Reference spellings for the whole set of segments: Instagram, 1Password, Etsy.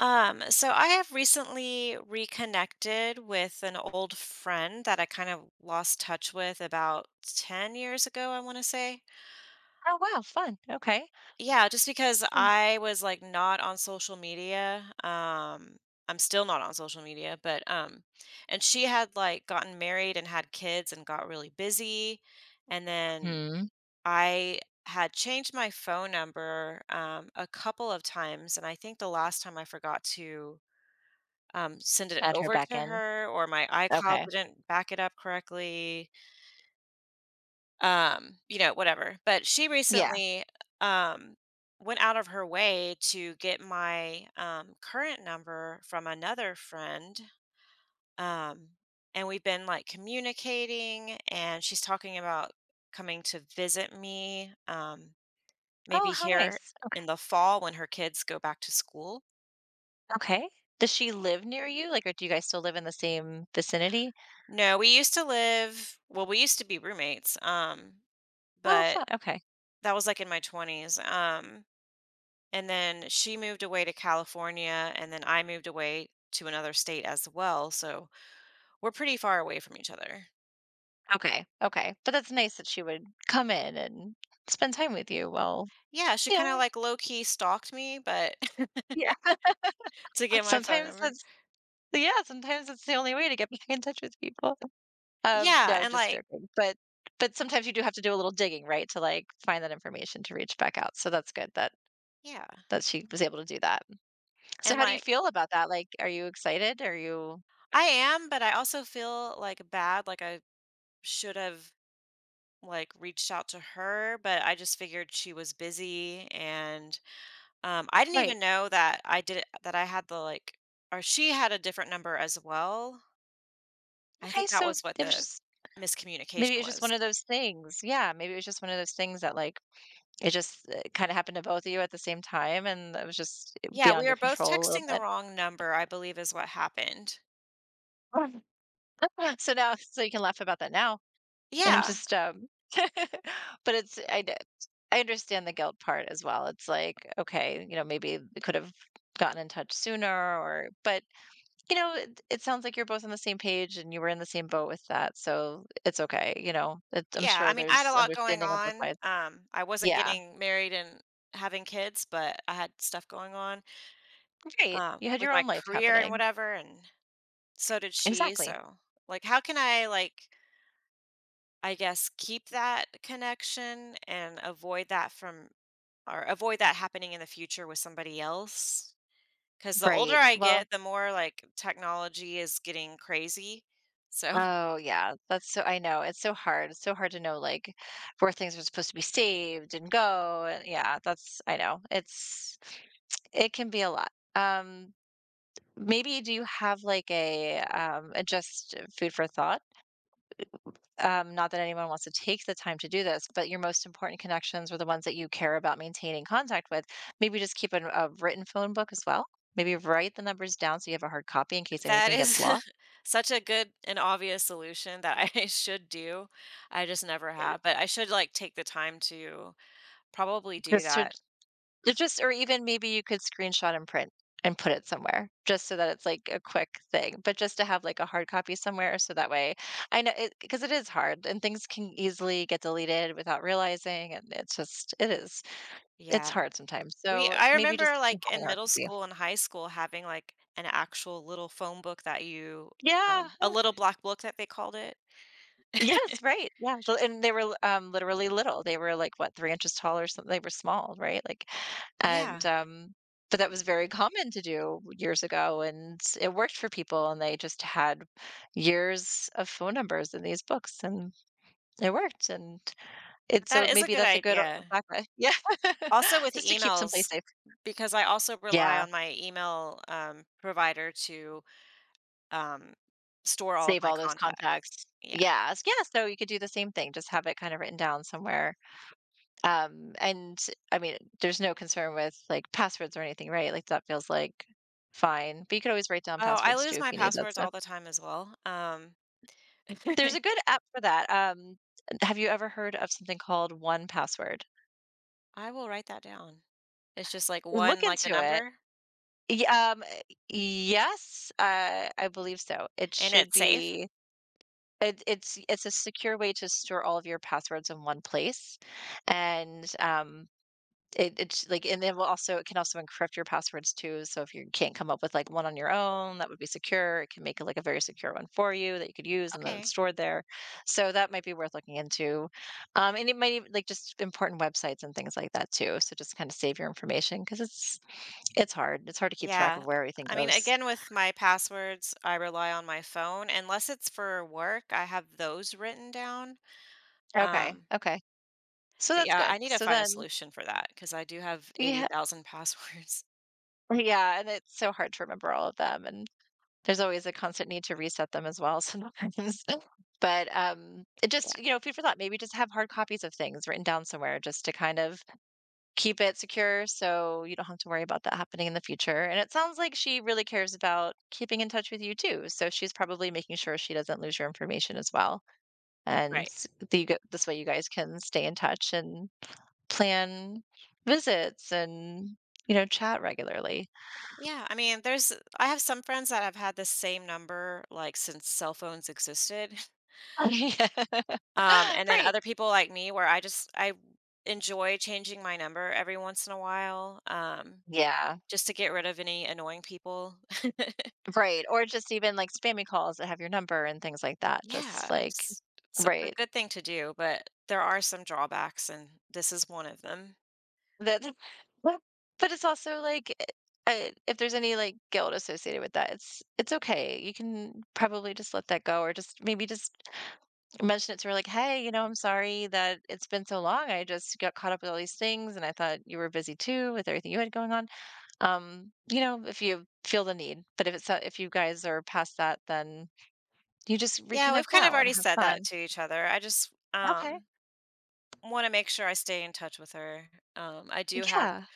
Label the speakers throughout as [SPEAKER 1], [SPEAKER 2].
[SPEAKER 1] So I have recently reconnected with an old friend that I kind of lost touch with about 10 years ago, I want to say.
[SPEAKER 2] Oh, wow, fun. Okay.
[SPEAKER 1] Yeah, just because I was like not on social media. I'm still not on social media, but and she had like gotten married and had kids and got really busy. And then
[SPEAKER 2] Mhm.
[SPEAKER 1] I had changed my phone number a couple of times, and I think the last time I forgot to send it
[SPEAKER 2] Add her
[SPEAKER 1] over
[SPEAKER 2] back
[SPEAKER 1] to
[SPEAKER 2] in.
[SPEAKER 1] her, or my iCloud
[SPEAKER 2] Okay.
[SPEAKER 1] didn't back it up correctly, whatever. But she
[SPEAKER 2] Yeah.
[SPEAKER 1] recently um, went out of her way to get my current number from another friend. Um, and we've been like communicating, and she's talking about coming to visit me, maybe
[SPEAKER 2] Oh, how
[SPEAKER 1] here
[SPEAKER 2] nice. Okay.
[SPEAKER 1] in the fall when her kids go back to school.
[SPEAKER 2] Okay. Does she live near you? Like, or do you guys still live in the same vicinity?
[SPEAKER 1] No, we used to live, well, we used to be roommates. Um,
[SPEAKER 2] Oh,
[SPEAKER 1] but
[SPEAKER 2] fun. Okay.
[SPEAKER 1] that was, like, in my 20s, and then she moved away to California, and then I moved away to another state as well, so we're pretty far away from each other.
[SPEAKER 2] Okay. Okay. But that's nice that she would come in and spend time with you. Well,
[SPEAKER 1] Yeah, she
[SPEAKER 2] you
[SPEAKER 1] kinda,
[SPEAKER 2] know,
[SPEAKER 1] like, low-key stalked me, but
[SPEAKER 2] yeah.
[SPEAKER 1] to get my phone
[SPEAKER 2] Sometimes
[SPEAKER 1] number.
[SPEAKER 2] that's yeah, sometimes that's the only way to get back in touch with people.
[SPEAKER 1] Yeah,
[SPEAKER 2] No,
[SPEAKER 1] and,
[SPEAKER 2] just
[SPEAKER 1] like
[SPEAKER 2] joking. But sometimes you do have to do a little digging, right, to like find that information to reach back out. So that's good that
[SPEAKER 1] yeah,
[SPEAKER 2] she was able to do that. So
[SPEAKER 1] and,
[SPEAKER 2] how do you
[SPEAKER 1] like,
[SPEAKER 2] feel about that? Like, are you excited? Are you
[SPEAKER 1] I am, but I also feel, like, bad, like, I should have, like, reached out to her, but I just figured she was busy. And I didn't even
[SPEAKER 2] right?
[SPEAKER 1] know that I did that I had the, like, or she had a different number as well. I
[SPEAKER 2] Okay,
[SPEAKER 1] think that
[SPEAKER 2] so
[SPEAKER 1] was what
[SPEAKER 2] it was
[SPEAKER 1] the
[SPEAKER 2] just maybe it
[SPEAKER 1] miscommunication
[SPEAKER 2] was just one
[SPEAKER 1] was.
[SPEAKER 2] of those things. Yeah, maybe it was just one of those things that like it just kind of happened to both of you at the same time, and it was just
[SPEAKER 1] Yeah, we
[SPEAKER 2] beyond
[SPEAKER 1] were
[SPEAKER 2] your
[SPEAKER 1] both
[SPEAKER 2] control a little
[SPEAKER 1] texting the
[SPEAKER 2] bit.
[SPEAKER 1] wrong number, I believe is what happened.
[SPEAKER 2] So now, so you can laugh about that now, and
[SPEAKER 1] Yeah,
[SPEAKER 2] just but I understand the guilt part as well. It's like okay, you know, maybe we could have gotten in touch sooner, or but you know, it sounds like you're both on the same page and you were in the same boat with that, so it's okay, you know? It I'm
[SPEAKER 1] yeah, I
[SPEAKER 2] sure
[SPEAKER 1] mean, I had a
[SPEAKER 2] there's
[SPEAKER 1] lot going
[SPEAKER 2] understanding on both
[SPEAKER 1] on.
[SPEAKER 2] sides.
[SPEAKER 1] I wasn't
[SPEAKER 2] Yeah,
[SPEAKER 1] getting married and having kids, but I had stuff going on
[SPEAKER 2] right, you had
[SPEAKER 1] with
[SPEAKER 2] your
[SPEAKER 1] my
[SPEAKER 2] own life
[SPEAKER 1] career and
[SPEAKER 2] happening.
[SPEAKER 1] whatever, and so did she.
[SPEAKER 2] Exactly.
[SPEAKER 1] So, like, how can I, like, I guess, keep that connection and avoid that from, or avoid that happening in the future with somebody else, because the older
[SPEAKER 2] Right,
[SPEAKER 1] I
[SPEAKER 2] well
[SPEAKER 1] get, the more, like, technology is getting crazy. So,
[SPEAKER 2] oh, yeah, that's so I know, it's so hard to know, like, where things are supposed to be saved and go, and yeah, that's I know, it's it can be a lot. Maybe do you have, like, a just food for thought? Not that anyone wants to take the time to do this, but your most important connections were the ones that you care about maintaining contact with. Maybe just keep a written phone book as well. Maybe write the numbers down so you have a hard copy in case
[SPEAKER 1] that
[SPEAKER 2] anything gets
[SPEAKER 1] is
[SPEAKER 2] lost.
[SPEAKER 1] such a good and obvious solution that I should do. I just never
[SPEAKER 2] Uh,
[SPEAKER 1] have, but I should, like, take the time to probably do
[SPEAKER 2] Just to
[SPEAKER 1] that.
[SPEAKER 2] to just, or even maybe you could screenshot and print and put it somewhere just so that it's like a quick thing, but just to have like a hard copy somewhere. So that way I know it, because it is hard and things can easily get deleted without realizing. And it's just, it is, it's
[SPEAKER 1] Yeah.
[SPEAKER 2] hard sometimes.
[SPEAKER 1] We
[SPEAKER 2] So
[SPEAKER 1] I
[SPEAKER 2] maybe just
[SPEAKER 1] remember, like,
[SPEAKER 2] having a
[SPEAKER 1] in
[SPEAKER 2] hard
[SPEAKER 1] middle
[SPEAKER 2] copy.
[SPEAKER 1] school and high school having, like, an actual little phone book that you
[SPEAKER 2] Yeah.
[SPEAKER 1] a
[SPEAKER 2] Huh.
[SPEAKER 1] little black book that they called it.
[SPEAKER 2] Yes, right. Yeah, so and they were l literally little. They were, like, what, 3 inches tall or something? They were small, right? Like and,
[SPEAKER 1] Yeah.
[SPEAKER 2] but that was very common to do years ago, and it worked for people, and they just had years of phone numbers in these books, and it worked, and it
[SPEAKER 1] That
[SPEAKER 2] so
[SPEAKER 1] is a
[SPEAKER 2] maybe
[SPEAKER 1] good
[SPEAKER 2] that's a good,
[SPEAKER 1] idea.
[SPEAKER 2] backup. Yeah.
[SPEAKER 1] Also with
[SPEAKER 2] Just to keep someplace
[SPEAKER 1] emails,
[SPEAKER 2] safe.
[SPEAKER 1] because I also rely
[SPEAKER 2] Yeah,
[SPEAKER 1] on my email provider to um, store all of
[SPEAKER 2] save
[SPEAKER 1] my
[SPEAKER 2] all those
[SPEAKER 1] contacts.
[SPEAKER 2] contacts.
[SPEAKER 1] Yeah.
[SPEAKER 2] Yes, yeah, so you could do the same thing, just have it kind of written down somewhere. And I mean, there's no concern with, like, passwords or anything, right? Like, that feels like fine, but you could always write down
[SPEAKER 1] Oh, I
[SPEAKER 2] passwords too
[SPEAKER 1] lose
[SPEAKER 2] if
[SPEAKER 1] my
[SPEAKER 2] you need that
[SPEAKER 1] passwords
[SPEAKER 2] stuff.
[SPEAKER 1] all the time as well.
[SPEAKER 2] There's a good app for that. Have you ever heard of something called 1Password?
[SPEAKER 1] I will write that down. It's just like one,
[SPEAKER 2] Look
[SPEAKER 1] like the
[SPEAKER 2] into it.
[SPEAKER 1] number,
[SPEAKER 2] Y Yes, I believe so. It
[SPEAKER 1] and
[SPEAKER 2] should
[SPEAKER 1] it's safe?
[SPEAKER 2] be it's a secure way to store all of your passwords in one place, and, It it's like and then will also it can also encrypt your passwords too, so if you can't come up with, like, one on your own that would be secure, it can make, like, a very secure one for you that you could use and then it's
[SPEAKER 1] Okay.
[SPEAKER 2] stored there. So that might be worth looking into. And it might even like, just important websites and things like that too, so just kinda save your information because it's hard. It's hard to keep track of
[SPEAKER 1] Yeah.
[SPEAKER 2] where everything
[SPEAKER 1] I mean,
[SPEAKER 2] goes.
[SPEAKER 1] again, with my passwords, I rely on my phone. Unless it's for work, I have those written down.
[SPEAKER 2] Okay,
[SPEAKER 1] Um,
[SPEAKER 2] okay. So
[SPEAKER 1] but
[SPEAKER 2] that's
[SPEAKER 1] yeah,
[SPEAKER 2] good.
[SPEAKER 1] I need to
[SPEAKER 2] So
[SPEAKER 1] find a
[SPEAKER 2] then
[SPEAKER 1] solution for that because I do have
[SPEAKER 2] yeah.
[SPEAKER 1] 80,000 passwords.
[SPEAKER 2] Yeah, and it's so hard to remember all of them and there's always a constant need to reset them as well sometimes. But, it just you know, food for thought, maybe just have hard copies of things written down somewhere just to kind of keep it secure so you don't have to worry about that happening in the future, and it sounds like she really cares about keeping in touch with you too, so she's probably making sure she doesn't lose your information as well, and
[SPEAKER 1] Right.
[SPEAKER 2] s the you g this way you guys can stay in touch and plan visits and, you know, chat regularly.
[SPEAKER 1] Yeah, I mean, there's I have some friends that have had the same number like since cell phones existed.
[SPEAKER 2] Yeah,
[SPEAKER 1] And then
[SPEAKER 2] right.
[SPEAKER 1] other people like me where I enjoy changing my number every once in a while,
[SPEAKER 2] Yeah.
[SPEAKER 1] just to get rid of any annoying people.
[SPEAKER 2] Right, or just even, like, spammy calls that have your number and things like that,
[SPEAKER 1] Yeah,
[SPEAKER 2] just, like
[SPEAKER 1] it's it's a
[SPEAKER 2] right.
[SPEAKER 1] good thing to do, but there are some drawbacks and this is one of them.
[SPEAKER 2] That but it's also, like, if there's any, like, guilt associated with that, it's okay. You can probably just let that go or just maybe just mention it to her like, "Hey, you know, I'm sorry that it's been so long. I just got caught up with all these things, and I thought you were busy too with everything you had going on." You know, if you feel the need, but if it's not if you guys are past that, then you just
[SPEAKER 1] Yeah, we've
[SPEAKER 2] reconnect
[SPEAKER 1] kind of
[SPEAKER 2] now and
[SPEAKER 1] already
[SPEAKER 2] have
[SPEAKER 1] said that
[SPEAKER 2] fun.
[SPEAKER 1] to each other. I just
[SPEAKER 2] Okay.
[SPEAKER 1] want to make sure I stay in touch with her. I do have
[SPEAKER 2] Yeah,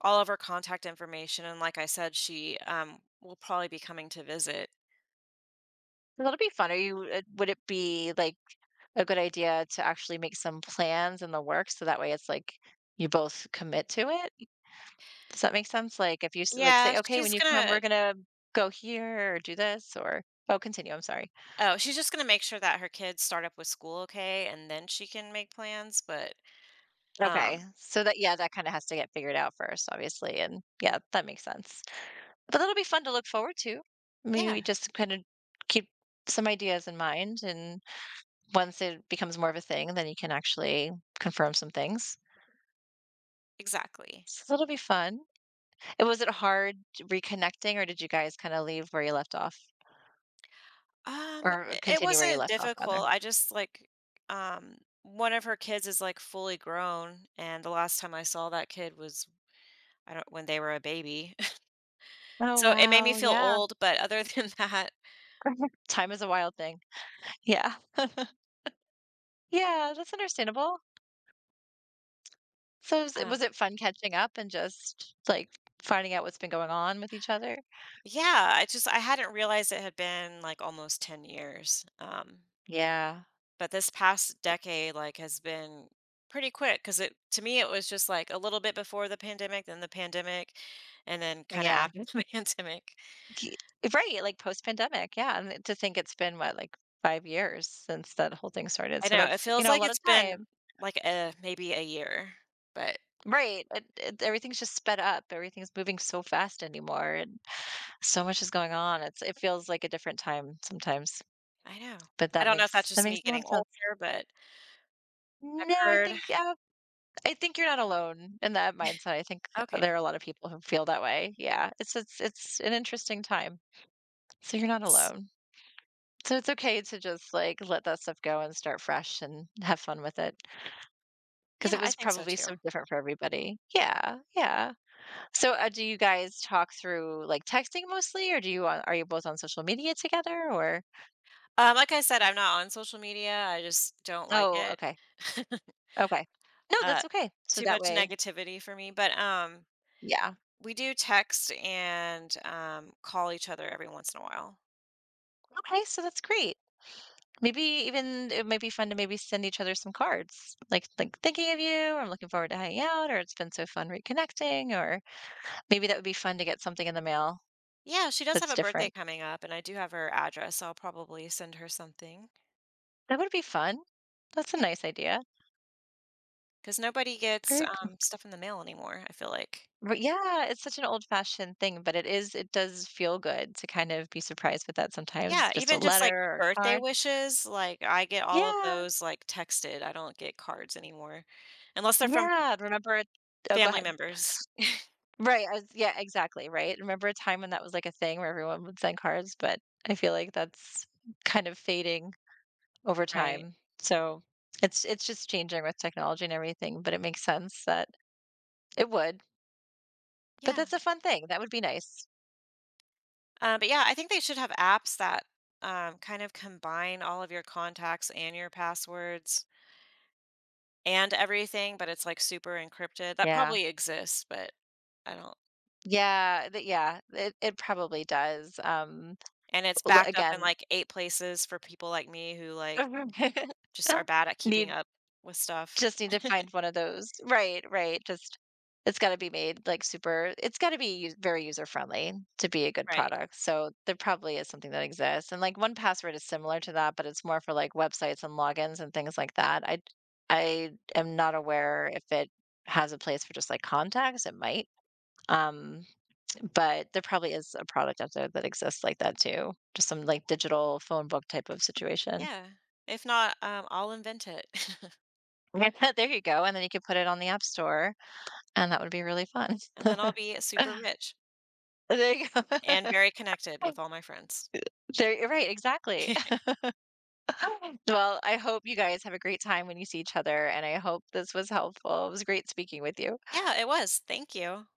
[SPEAKER 1] all of her contact information, and like I said, she, will probably be coming to visit.
[SPEAKER 2] that'll be fun. Are you would it be like a good idea to actually make some plans in the work so that way it's like you both commit to it? Does that make sense? Like if you s- like
[SPEAKER 1] Yeah,
[SPEAKER 2] say, okay, when
[SPEAKER 1] she's
[SPEAKER 2] you come, we're
[SPEAKER 1] gonna
[SPEAKER 2] gonna go here or do this or oh, continue. I'm sorry.
[SPEAKER 1] Oh, she's just gonna make sure that her kids start up with school okay, and then she can make plans, but, um
[SPEAKER 2] Okay, so that yeah, that kind of has to get figured out first, obviously, and yeah, that makes sense. But that'll be fun to look forward to.
[SPEAKER 1] yeah,
[SPEAKER 2] Maybe just kind of keep some ideas in mind, and once it becomes more of a thing, then you can actually confirm some things.
[SPEAKER 1] exactly.
[SPEAKER 2] So it'll be fun. And was it hard reconnecting, or did you guys kinda leave where you left off? Or
[SPEAKER 1] I it
[SPEAKER 2] continue where you
[SPEAKER 1] wasn't
[SPEAKER 2] left off rather?
[SPEAKER 1] difficult, I just, like, um, one of her kids is, like, fully grown, and the last time I saw that kid was, I don't, when they were a baby.
[SPEAKER 2] Oh,
[SPEAKER 1] So, it made me
[SPEAKER 2] wow,
[SPEAKER 1] feel
[SPEAKER 2] yeah.
[SPEAKER 1] old, but other than that,
[SPEAKER 2] Time is a wild thing. Yeah. Yeah, that's understandable. So
[SPEAKER 1] um
[SPEAKER 2] was it fun catching up and just, like, finding out what's been going on with each other?
[SPEAKER 1] yeah. I just I hadn't realized it had been like almost 10 years.
[SPEAKER 2] Yeah.
[SPEAKER 1] But this past decade like has been pretty quick because it to me it was just like a little bit before the pandemic, then the pandemic, and then kind of
[SPEAKER 2] Yeah.
[SPEAKER 1] after the pandemic.
[SPEAKER 2] K right, like, post-pandemic, yeah, and to think it's been, what, like, 5 years since that whole thing started,
[SPEAKER 1] I
[SPEAKER 2] so
[SPEAKER 1] know it
[SPEAKER 2] that's, you
[SPEAKER 1] feels
[SPEAKER 2] know, a
[SPEAKER 1] like
[SPEAKER 2] lot of
[SPEAKER 1] it's been
[SPEAKER 2] time.
[SPEAKER 1] like a maybe a year, but
[SPEAKER 2] Right, it everything's just sped up, everything's moving so fast anymore, and so much is going on. It feels like a different time sometimes,
[SPEAKER 1] I know.
[SPEAKER 2] but
[SPEAKER 1] I don't know if that's
[SPEAKER 2] that
[SPEAKER 1] just
[SPEAKER 2] makes
[SPEAKER 1] me
[SPEAKER 2] a lot
[SPEAKER 1] getting
[SPEAKER 2] of sense.
[SPEAKER 1] older, but
[SPEAKER 2] No,
[SPEAKER 1] heard.
[SPEAKER 2] I think you're not alone in that mindset. I think there
[SPEAKER 1] Okay.
[SPEAKER 2] are a lot of people who feel that way. Yeah, it's an interesting time. So you're not
[SPEAKER 1] That's.
[SPEAKER 2] alone. So it's okay to just like let that stuff go and start fresh and have fun with it because
[SPEAKER 1] Yeah,
[SPEAKER 2] it
[SPEAKER 1] I
[SPEAKER 2] was
[SPEAKER 1] think so
[SPEAKER 2] probably so
[SPEAKER 1] too.
[SPEAKER 2] different for everybody. Yeah, yeah. So do you guys talk through like texting mostly, or do are you both on social media together? Or
[SPEAKER 1] Like I said, I'm not on social media. I just don't like
[SPEAKER 2] oh,
[SPEAKER 1] it.
[SPEAKER 2] okay. Okay. No,
[SPEAKER 1] Uh,
[SPEAKER 2] that's okay. So
[SPEAKER 1] Too
[SPEAKER 2] that
[SPEAKER 1] much
[SPEAKER 2] way,
[SPEAKER 1] negativity for me, but,
[SPEAKER 2] yeah.
[SPEAKER 1] we do text and, call each other every once in a while.
[SPEAKER 2] Okay, so that's great. Maybe even it might be fun to maybe send each other some cards, like thinking of you, or I'm looking forward to hanging out, or it's been so fun reconnecting, or maybe that would be fun to get something in the mail
[SPEAKER 1] Yeah, she does have
[SPEAKER 2] that's
[SPEAKER 1] a birthday
[SPEAKER 2] different.
[SPEAKER 1] coming up, and I do have her address, so I'll probably send her something.
[SPEAKER 2] That would be fun. That's a
[SPEAKER 1] Yeah,
[SPEAKER 2] nice idea.
[SPEAKER 1] because nobody gets,
[SPEAKER 2] Very cool.
[SPEAKER 1] stuff in the mail anymore, I feel like.
[SPEAKER 2] But yeah, it's such an old-fashioned thing, but it does feel good to kind of be surprised with that sometimes,
[SPEAKER 1] Yeah,
[SPEAKER 2] just a
[SPEAKER 1] even just, like,
[SPEAKER 2] letter or a
[SPEAKER 1] birthday
[SPEAKER 2] card.
[SPEAKER 1] wishes, like, I get all of
[SPEAKER 2] Yeah,
[SPEAKER 1] those, like, texted, I don't get cards anymore, unless they're from
[SPEAKER 2] yeah. Remember, oh, go
[SPEAKER 1] family
[SPEAKER 2] ahead.
[SPEAKER 1] members,
[SPEAKER 2] Right, I was yeah, exactly, right? Remember a time when that was, like, a thing where everyone would send cards, but I feel like that's kind of fading over
[SPEAKER 1] right?
[SPEAKER 2] time. So, it's just changing with technology and everything, but it makes sense that it would. But
[SPEAKER 1] Yeah.
[SPEAKER 2] that's a fun thing, that would be nice.
[SPEAKER 1] But yeah, I think they should have apps that kind of combine all of your contacts and your passwords and everything, but it's like super encrypted. That
[SPEAKER 2] Yeah.
[SPEAKER 1] probably exists, but I don't.
[SPEAKER 2] Yeah, the yeah, it probably does,
[SPEAKER 1] And it's
[SPEAKER 2] l
[SPEAKER 1] backed up in
[SPEAKER 2] again,
[SPEAKER 1] like 8 places for people like me who like just are bad at keeping
[SPEAKER 2] need
[SPEAKER 1] up with stuff.
[SPEAKER 2] just need to find one of those. Right, right, just it's gotta be made, like, super it's gotta be u very user-friendly to be a good
[SPEAKER 1] Right.
[SPEAKER 2] product, so there probably is something that exists, and, like, 1Password is similar to that, but it's more for, like, websites and logins and things like that. I am not aware if it has a place for just, like, contacts, it might, um, but there probably is a product out there that exists like that too, just some, like, digital phone book type of situation.
[SPEAKER 1] Yeah. If not, I'll invent it
[SPEAKER 2] There you go, and then you could put it on the App Store, and that would be really fun.
[SPEAKER 1] and then I'll be super rich
[SPEAKER 2] There you go.
[SPEAKER 1] and very connected with all my friends.
[SPEAKER 2] There you're right, exactly. Well, I hope you guys have a great time when you see each other, and I hope this was helpful. It was great speaking with you.
[SPEAKER 1] Yeah, it was. Thank you.